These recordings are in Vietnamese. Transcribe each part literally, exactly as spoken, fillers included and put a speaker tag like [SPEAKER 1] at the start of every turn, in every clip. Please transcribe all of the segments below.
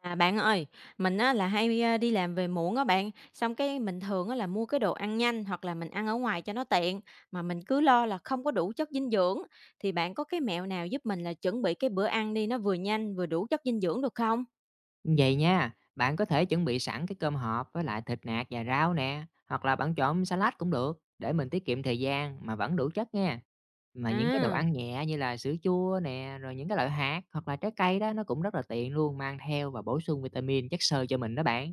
[SPEAKER 1] À, bạn ơi, mình á là hay, a, đi làm về muộn á bạn, xong cái mình thường á là mua cái đồ ăn nhanh hoặc là mình ăn ở ngoài cho nó tiện, mà mình cứ lo là không có đủ chất dinh dưỡng. Thì bạn có cái mẹo nào giúp mình là chuẩn bị cái bữa ăn đi nó vừa nhanh vừa đủ chất dinh dưỡng được không?
[SPEAKER 2] Vậy nha, bạn có thể chuẩn bị sẵn cái cơm hộp với lại thịt nạc và rau nè, hoặc là bạn chọn salad cũng được, để mình tiết kiệm thời gian mà vẫn đủ chất nha. Mà những cái đồ
[SPEAKER 1] À,
[SPEAKER 2] ăn nhẹ như là sữa chua nè, rồi những cái loại hạt hoặc là trái cây đó nó cũng rất là tiện luôn, mang theo và bổ sung vitamin, chất xơ cho mình đó bạn.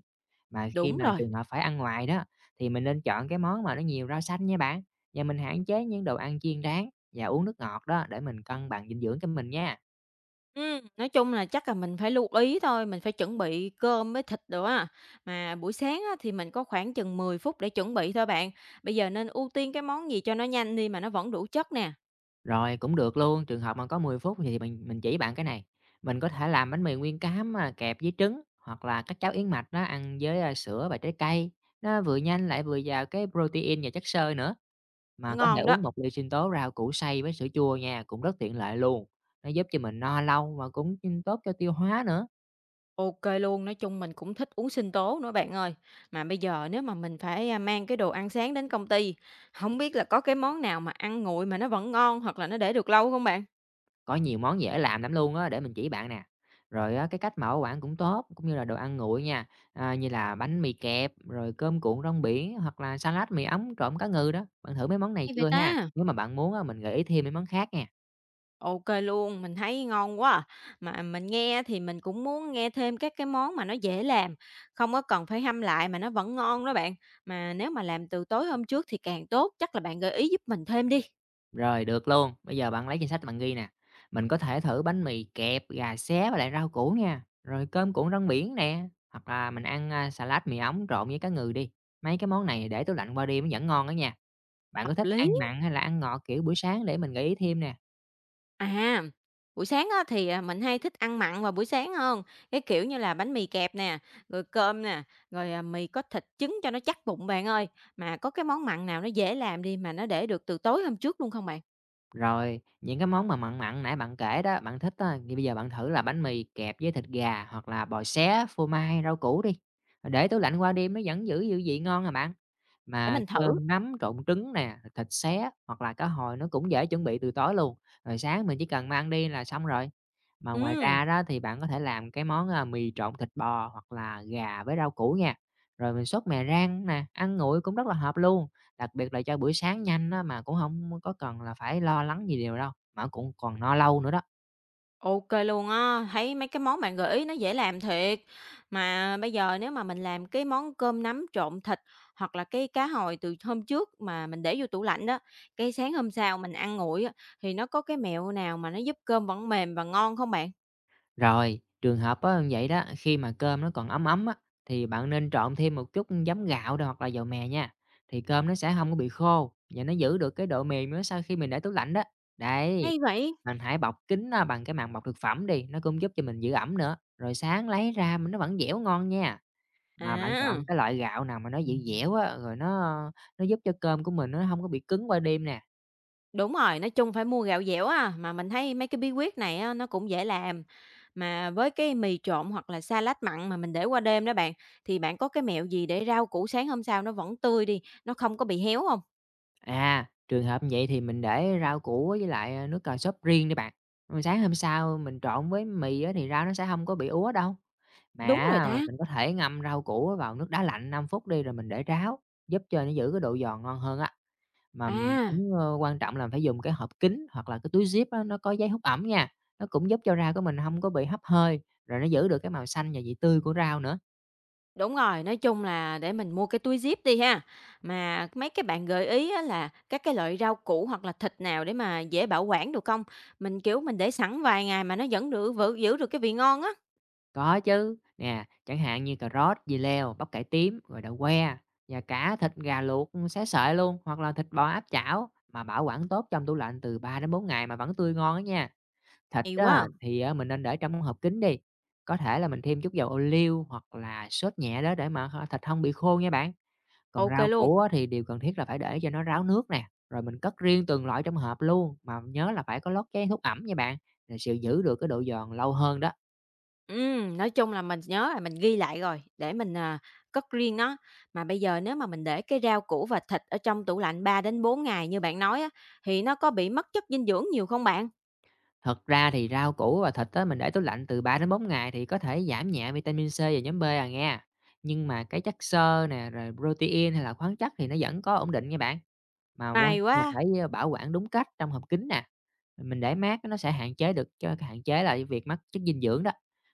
[SPEAKER 2] Mà khi
[SPEAKER 1] đúng
[SPEAKER 2] mà
[SPEAKER 1] rồi.
[SPEAKER 2] trường hợp phải ăn ngoài đó, thì mình nên chọn cái món mà nó nhiều rau xanh nha bạn. Và mình hạn chế những đồ ăn chiên rán và uống nước ngọt đó để mình cân bằng dinh dưỡng cho mình nha.
[SPEAKER 1] Ừm, nói chung là chắc là mình phải lưu ý thôi, mình phải chuẩn bị cơm với thịt đồ á. Mà buổi sáng á thì mình có khoảng chừng mười phút để chuẩn bị thôi bạn. Bây giờ nên ưu tiên cái món gì cho nó nhanh đi mà nó vẫn đủ chất nè,
[SPEAKER 2] Rồi, cũng được luôn, trường hợp mà có mười phút thì mình mình chỉ bạn cái này, mình có thể làm bánh mì nguyên cám, a, kẹp với trứng hoặc là các cháo yến mạch á, ăn với, a, sữa và trái cây, nó vừa nhanh lại vừa giàu cái protein và chất xơ nữa. Mà có thể
[SPEAKER 1] ngon đó.
[SPEAKER 2] uống một ly sinh tố rau củ xay với sữa chua nha, cũng rất tiện lợi luôn, nó giúp cho mình no lâu mà cũng, ừ, tốt cho tiêu hóa nữa.
[SPEAKER 1] OK luôn, nói chung mình cũng thích uống sinh tố nữa bạn ơi. Mà bây giờ nếu mà mình phải, a, mang cái đồ ăn sáng đến công ty, không biết là có cái món nào mà ăn nguội mà nó vẫn ngon hoặc là nó để được lâu không bạn?
[SPEAKER 2] Có nhiều món dễ làm lắm luôn á, để mình chỉ bạn nè. Rồi á, cái cách mở quán cũng tốt, cũng như là đồ ăn nguội nha, à, như là bánh mì kẹp, rồi cơm cuộn rong biển hoặc là salad mì ống trộn cá ngừ đó. Bạn thử mấy món này
[SPEAKER 1] Hay vậy
[SPEAKER 2] chưa ha?
[SPEAKER 1] ta?
[SPEAKER 2] Nếu mà bạn muốn á, mình gợi ý thêm mấy món khác nha.
[SPEAKER 1] OK luôn, mình thấy ngon quá à. Mà mình nghe thì mình cũng muốn nghe thêm các cái món mà nó dễ làm, không có cần phải hâm lại mà nó vẫn ngon đó bạn. Mà nếu mà làm từ tối hôm trước thì càng tốt, chắc là bạn gợi ý giúp mình thêm đi.
[SPEAKER 2] Rồi, được luôn. Bây giờ bạn lấy danh sách bạn ghi nè. Mình có thể thử bánh mì kẹp, gà xé với lại rau củ nha. Rồi cơm cuộn rong biển nè. Hoặc là mình ăn à, salad mì ống trộn với cá ngừ đi. Mấy cái món này để tủ lạnh qua đêm vẫn ngon đó nha. Bạn có
[SPEAKER 1] Hợp
[SPEAKER 2] thích
[SPEAKER 1] lý.
[SPEAKER 2] ăn mặn hay là ăn ngọt, kiểu, buổi sáng để mình gợi ý thêm nè.
[SPEAKER 1] À, buổi sáng á, thì, à, mình hay thích ăn mặn vào buổi sáng hơn, cái kiểu như là bánh mì kẹp nè, rồi cơm nè, rồi, à, mì có thịt trứng cho nó chắc bụng bạn ơi. Mà có cái món mặn nào nó dễ làm đi, mà nó để được từ tối hôm trước luôn không bạn?
[SPEAKER 2] Rồi những cái món mà mặn mặn nãy bạn kể đó, bạn thích á, thì bây giờ bạn thử là bánh mì kẹp với thịt gà hoặc là bò xé, phô mai, rau củ đi, để tủ lạnh qua đêm nó vẫn giữ dư vị ngon à bạn.
[SPEAKER 1] Để
[SPEAKER 2] Mà
[SPEAKER 1] mình thử.
[SPEAKER 2] cơm nắm trộn trứng nè, thịt xé hoặc là cá hồi nó cũng dễ chuẩn bị từ tối luôn, rồi sáng mình chỉ cần mang đi là xong rồi. Mà ngoài
[SPEAKER 1] Ừm.
[SPEAKER 2] ra đó thì bạn có thể làm cái món, a, mì trộn thịt bò hoặc là gà với rau củ nha, rồi mình sốt mè rang nè, ăn nguội cũng rất là hợp luôn. Đặc biệt là cho buổi sáng nhanh á, mà cũng hông có cần là phải lo lắng gì điều đâu, mà cũng còn no lâu nữa đó.
[SPEAKER 1] OK luôn á, thấy mấy cái món bạn gợi ý nó dễ làm thiệt. Mà bây giờ nếu mà mình làm cái món cơm nắm trộn thịt hoặc là cái cá hồi từ hôm trước mà mình để vô tủ lạnh đó, cái sáng hôm sau mình ăn nguội á, thì nó có cái mẹo nào mà nó giúp cơm vẫn mềm và ngon không bạn?
[SPEAKER 2] Rồi, trường hợp á như vậy đó, khi mà cơm nó còn ấm ấm á, thì bạn nên trộn thêm một chút giấm gạo nè hoặc là dầu mè nha, thì cơm nó sẽ hông có bị khô và nó giữ được cái độ mềm nữa sau khi mình để tủ lạnh đó. Đấy,
[SPEAKER 1] Hay vậy?
[SPEAKER 2] mình hãy bọc kín nó bằng cái màng bọc thực phẩm đi, nó cũng giúp cho mình giữ ẩm nữa, rồi sáng lấy ra mà nó vẫn dẻo ngon nha. Mà bạn
[SPEAKER 1] À.
[SPEAKER 2] chọn cái loại gạo nào mà nó dẻo dẻo á, rồi nó nó giúp cho cơm của mình nó hông có bị cứng qua đêm nè.
[SPEAKER 1] Đúng rồi, nói chung phải mua gạo dẻo á, mà mình thấy mấy cái bí quyết này á, nó cũng dễ làm. Mà với cái mì trộn hoặc là salad mặn mà mình để qua đêm đó bạn, thì bạn có cái mẹo gì để rau củ sáng hôm sau nó vẫn tươi đi, nó không có bị héo không?
[SPEAKER 2] À, trường hợp như vậy thì mình để rau củ với lại, à, nước cà sốt riêng đi bạn. Rồi sáng hôm sau mình trộn với mì á thì rau nó sẽ không có bị úa đâu.
[SPEAKER 1] Đúng
[SPEAKER 2] Mà
[SPEAKER 1] rồi ta.
[SPEAKER 2] mình có thể ngâm rau củ vào nước đá lạnh năm phút đi rồi mình để ráo, giúp cho nó giữ cái độ giòn ngon hơn á. Mà m-
[SPEAKER 1] À,
[SPEAKER 2] cũng, ơ, quan trọng là phải dùng cái hộp kín hoặc là cái túi zip á, nó có giấy hút ẩm nha, nó cũng giúp cho rau của mình không có bị hấp hơi, rồi nó giữ được cái màu xanh và vị tươi của rau nữa.
[SPEAKER 1] đúng rồi, nói chung là để mình mua cái túi zip đi ha. Mà mấy cái bạn gợi ý á là các cái loại rau củ hoặc là thịt nào để mà dễ bảo quản được không? Mình, kiểu, mình để sẵn vài ngày mà nó vẫn được vự giữ được cái vị ngon á.
[SPEAKER 2] Có chứ, nè, chẳng hạn như cà rốt, dưa leo, bắp cải tím, rồi đậu que, và cả thịt gà luộc ừ, xé sợi luôn, hoặc là thịt bò áp chảo mà bảo quản tốt trong tủ lạnh từ ba đến bốn ngày mà vẫn tươi ngon á nha. Thịt
[SPEAKER 1] Hay
[SPEAKER 2] á,
[SPEAKER 1] quá, à.
[SPEAKER 2] thì á, mình nên để trong hộp kín đi, có thể là mình thêm chút dầu ô liu hoặc là sốt nhẹ đó để mà thịt không bị khô nha bạn. Còn
[SPEAKER 1] Ok
[SPEAKER 2] rau
[SPEAKER 1] luôn.
[SPEAKER 2] củ á, thì điều cần thiết là phải để cho nó ráo nước nè, rồi mình cất riêng từng loại trong hộp luôn, mà nhớ là phải có lót giấy hút ẩm nha bạn, rồi sự giữ được cái độ giòn lâu hơn đó.
[SPEAKER 1] Ừm, nói chung là mình nhớ là mình ghi lại rồi, để mình, à, cất riêng nó. Mà bây giờ nếu mà mình để cái rau củ và thịt ở trong tủ lạnh ba đến bốn ngày như bạn nói á, thì nó có bị mất chất dinh dưỡng nhiều không bạn?
[SPEAKER 2] Thật ra thì rau củ và thịt á, mình để tủ lạnh từ ba đến bốn ngày thì có thể giảm nhẹ vitamin xê và nhóm bê à nghe. Nhưng mà cái chất xơ nè, rồi protein hay là khoáng chất thì nó vẫn có ổn định nha bạn. Mà quan
[SPEAKER 1] May quá!
[SPEAKER 2] mà phải ờ, bảo quản đúng cách trong hộp kín nè. Rồi mình để mát nó sẽ hạn chế được cho hạn chế là cái việc mất chất dinh dưỡng đó.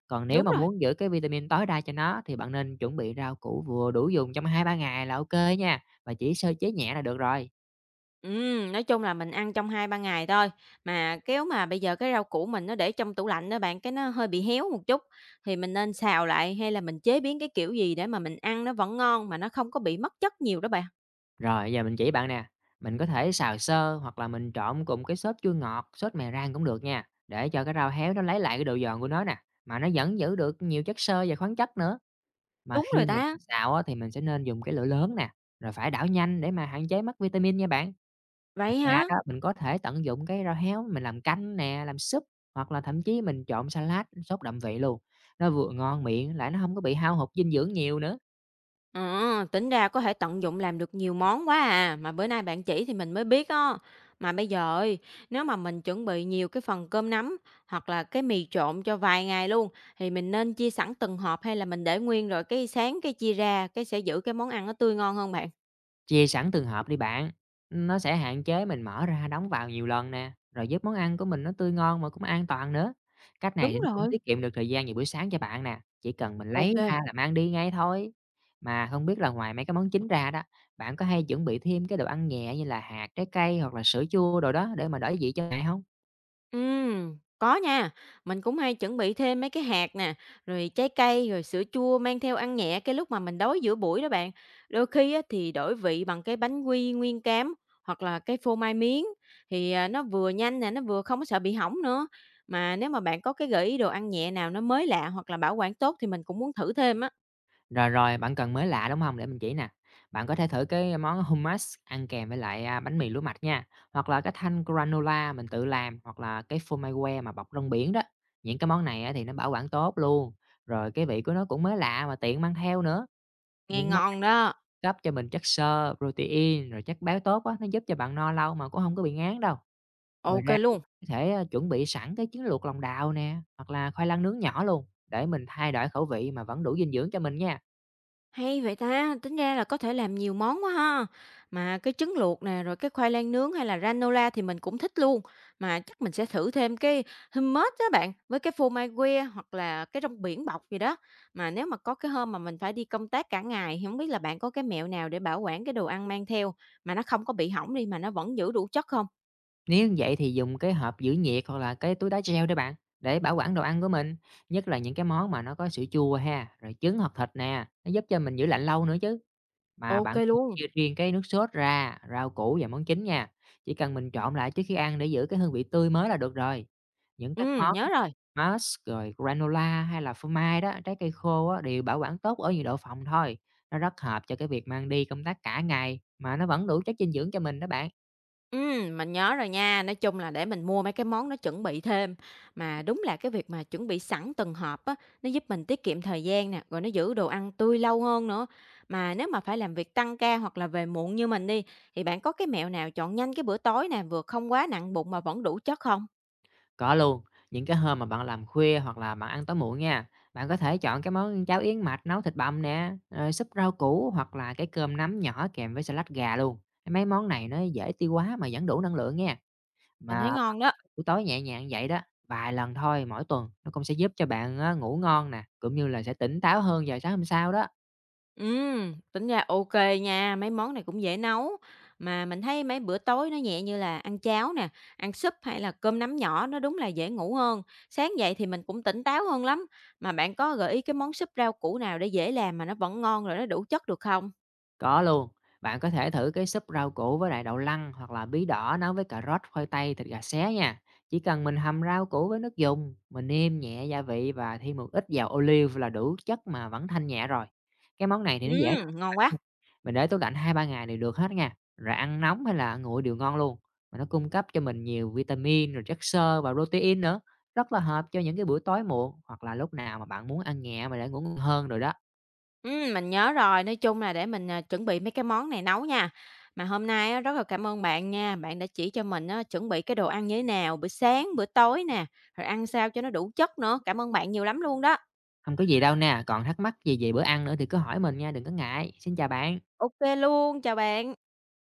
[SPEAKER 2] Còn nếu
[SPEAKER 1] Đúng
[SPEAKER 2] mà
[SPEAKER 1] rồi,
[SPEAKER 2] muốn giữ cái vitamin tối đa cho nó thì bạn nên chuẩn bị rau củ vừa đủ dùng trong hai ba ngày là ok nha. Và chỉ sơ chế nhẹ là được rồi.
[SPEAKER 1] ừm, nói chung là mình ăn trong hai ba ngày thôi. Mà kéo mà bây giờ cái rau củ mình nó để trong tủ lạnh đó bạn, cái nó hơi bị héo một chút, thì mình nên xào lại hay là mình chế biến cái kiểu gì để mà mình ăn nó vẫn ngon mà nó không có bị mất chất nhiều đó bạn?
[SPEAKER 2] Rồi, giờ mình chỉ bạn nè, mình có thể xào sơ hoặc là mình trộn cùng cái sốt chua ngọt, sốt mè rang cũng được nha, để cho cái rau héo nó lấy lại cái độ giòn của nó nè, mà nó vẫn giữ được nhiều chất xơ và khoáng chất nữa. Mà
[SPEAKER 1] Đúng
[SPEAKER 2] khi
[SPEAKER 1] rồi
[SPEAKER 2] mà
[SPEAKER 1] ta,
[SPEAKER 2] mình xào á, thì mình sẽ nên dùng cái lửa lớn nè, rồi phải đảo nhanh để mà hạn chế mất vitamin nha bạn.
[SPEAKER 1] vậy
[SPEAKER 2] Ngoài ra
[SPEAKER 1] hả?
[SPEAKER 2] đó mình có thể tận dụng cái rau héo mình làm canh nè, làm súp hoặc là thậm chí mình trộn salad, sốt đậm vị luôn. Nó vừa ngon miệng lại nó không có bị hao hụt dinh dưỡng nhiều nữa.
[SPEAKER 1] Ờ, tính ra có thể tận dụng làm được nhiều món quá à, mà bữa nay bạn chỉ thì mình mới biết á. Mà bây giờ ơi, nếu mà mình chuẩn bị nhiều cái phần cơm nắm hoặc là cái mì trộn cho vài ngày luôn thì mình nên chia sẵn từng hộp hay là mình để nguyên rồi cái sáng cái chia ra, cái sẽ giữ cái món ăn nó tươi ngon hơn bạn?
[SPEAKER 2] Chia sẵn từng hộp đi bạn, nó sẽ hạn chế mình mở ra đóng vào nhiều lần nè, rồi giúp món ăn của mình nó tươi ngon mà cũng an toàn nữa. Cách này thì
[SPEAKER 1] Đúng
[SPEAKER 2] nó cũng
[SPEAKER 1] rồi,
[SPEAKER 2] tiết kiệm được thời gian nhiều buổi sáng cho bạn nè, chỉ cần mình lấy
[SPEAKER 1] ok.
[SPEAKER 2] ra là mang đi ngay thôi. Mà không biết là ngoài mấy cái món chính ra đó, bạn có hay chuẩn bị thêm cái đồ ăn nhẹ như là hạt, trái cây hoặc là sữa chua đồ đó để mà đổi vị cho ngày không?
[SPEAKER 1] Ừm, có nha. Mình cũng hay chuẩn bị thêm mấy cái hạt nè, rồi trái cây, rồi sữa chua mang theo ăn nhẹ cái lúc mà mình đói giữa buổi đó bạn. Đôi khi á, thì đổi vị bằng cái bánh quy nguyên cám hoặc là cái phô mai miếng thì à, nó vừa nhanh nè, nó vừa không có sợ bị hỏng nữa. Mà nếu mà bạn có cái gợi ý đồ ăn nhẹ nào nó mới lạ hoặc là bảo quản tốt thì mình cũng muốn thử thêm á.
[SPEAKER 2] Rồi, rồi, bạn cần mới lạ, đúng không? Để mình chỉ nè. Bạn có thể thử cái món hummus ăn kèm với lại, a, bánh mì lúa mạch nha, hoặc là cái thanh granola mình tự làm, hoặc là cái phô mai que mà bọc rong biển đó. Những cái món này á thì nó bảo quản tốt luôn, rồi cái vị của nó cũng mới lạ mà tiện mang theo nữa.
[SPEAKER 1] Nghe
[SPEAKER 2] Những món
[SPEAKER 1] ngon đó.
[SPEAKER 2] cấp cho mình chất xơ, protein, rồi chất béo tốt á, nó giúp cho bạn no lâu mà cũng không có bị ngán đâu. Ngoài
[SPEAKER 1] Ok
[SPEAKER 2] ra thì
[SPEAKER 1] luôn.
[SPEAKER 2] bạn có thể, a, chuẩn bị sẵn cái trứng luộc lòng đào nè, hoặc là khoai lang nướng nhỏ luôn, để mình thay đổi khẩu vị mà vẫn đủ dinh dưỡng cho mình nha.
[SPEAKER 1] Hay vậy ta, tính ra là có thể làm nhiều món quá ha. Mà cái trứng luộc nè, rồi cái khoai lang nướng hay là granola thì mình cũng thích luôn. Mà chắc mình sẽ thử thêm cái hummus đó bạn, với cái phô mai que hoặc là cái rong biển bọc gì đó. Mà nếu mà có cái hôm mà mình phải đi công tác cả ngày, thì không biết là bạn có cái mẹo nào để bảo quản cái đồ ăn mang theo mà nó không có bị hỏng đi mà nó vẫn giữ đủ chất không?
[SPEAKER 2] Nếu như vậy thì dùng cái hộp giữ nhiệt hoặc là cái túi đá treo đấy bạn để bảo quản đồ ăn của mình, nhất là những cái món mà nó có sữa chua ha, rồi trứng hoặc thịt nè, nó giúp cho mình giữ lạnh lâu nữa chứ. Mà
[SPEAKER 1] Ok
[SPEAKER 2] bạn
[SPEAKER 1] luôn.
[SPEAKER 2] chia riêng cái nước sốt ra, rau củ và món chính nha. Chỉ cần mình trộn lại trước khi ăn để giữ cái hương vị tươi mới là được rồi. Những các
[SPEAKER 1] Ừ,
[SPEAKER 2] món
[SPEAKER 1] nhớ rồi.
[SPEAKER 2] mush rồi granola hay là phô mai đó, trái cây khô á, đều bảo quản tốt ở nhiệt độ phòng thôi. Nó rất hợp cho cái việc mang đi công tác cả ngày mà nó vẫn đủ chất dinh dưỡng cho mình đó bạn.
[SPEAKER 1] Ừm, mình nhớ rồi nha. Nói chung là để mình mua mấy cái món nó chuẩn bị thêm. Mà đúng là cái việc mà chuẩn bị sẵn từng hộp á, nó giúp mình tiết kiệm thời gian nè, rồi nó giữ đồ ăn tươi lâu hơn nữa. Mà nếu mà phải làm việc tăng ca hoặc là về muộn như mình đi, thì bạn có cái mẹo nào chọn nhanh cái bữa tối nè, vừa không quá nặng bụng mà vẫn đủ chất không?
[SPEAKER 2] Có luôn, những cái hôm mà bạn làm khuya hoặc là bạn ăn tối muộn nha, bạn có thể chọn cái món cháo yến mạch nấu thịt băm nè, rồi súp rau củ hoặc là cái cơm nắm nhỏ kèm với salad gà luôn. Mấy món này nó dễ tiêu hóa mà vẫn đủ năng lượng nha.
[SPEAKER 1] Mình
[SPEAKER 2] Mà
[SPEAKER 1] thấy ngon đó.
[SPEAKER 2] buổi tối nhẹ nhàng vậy đó, vài lần thôi mỗi tuần nó cũng sẽ giúp cho bạn á, ngủ ngon nè, cũng như là sẽ tỉnh táo hơn vào sáng hôm sau đó.
[SPEAKER 1] Ừm, tính ra ok nha, mấy món này cũng dễ nấu. Mà mình thấy mấy bữa tối nó nhẹ như là ăn cháo nè, ăn súp hay là cơm nắm nhỏ nó đúng là dễ ngủ hơn. Sáng dậy thì mình cũng tỉnh táo hơn lắm. Mà bạn có gợi ý cái món súp rau củ nào để dễ làm mà nó vẫn ngon rồi nó đủ chất được không?
[SPEAKER 2] Có luôn, bạn có thể thử cái súp rau củ với lại đậu lăng hoặc là bí đỏ nấu với cà rốt, khoai tây, thịt gà xé nha. Chỉ cần mình hầm rau củ với nước dùng, mình nêm nhẹ gia vị và thêm một ít dầu ô liu là đủ chất mà vẫn thanh nhẹ rồi. Cái món này thì nó dễ nấu.
[SPEAKER 1] Ừm, ngon quá.
[SPEAKER 2] Mình để tủ lạnh hai ba ngày thì được hết nha. Rồi ăn nóng hay là nguội đều ngon luôn. Mà nó cung cấp cho mình nhiều vitamin, rồi chất xơ và protein nữa. Rất là hợp cho những cái buổi tối muộn hoặc là lúc nào mà bạn muốn ăn nhẹ mà để ngủ ngon hơn rồi đó.
[SPEAKER 1] Ừm, mình nhớ rồi, nói chung là để mình, à, chuẩn bị mấy cái món này nấu nha. Mà hôm nay á, rất là cảm ơn bạn nha, bạn đã chỉ cho mình á, chuẩn bị cái đồ ăn như thế nào, bữa sáng, bữa tối nè, rồi ăn sao cho nó đủ chất nữa. Cảm ơn bạn nhiều lắm luôn đó.
[SPEAKER 2] Không có gì đâu nè, còn thắc mắc gì về bữa ăn nữa thì cứ hỏi mình nha, đừng có ngại. Xin chào bạn.
[SPEAKER 1] OK luôn, chào bạn.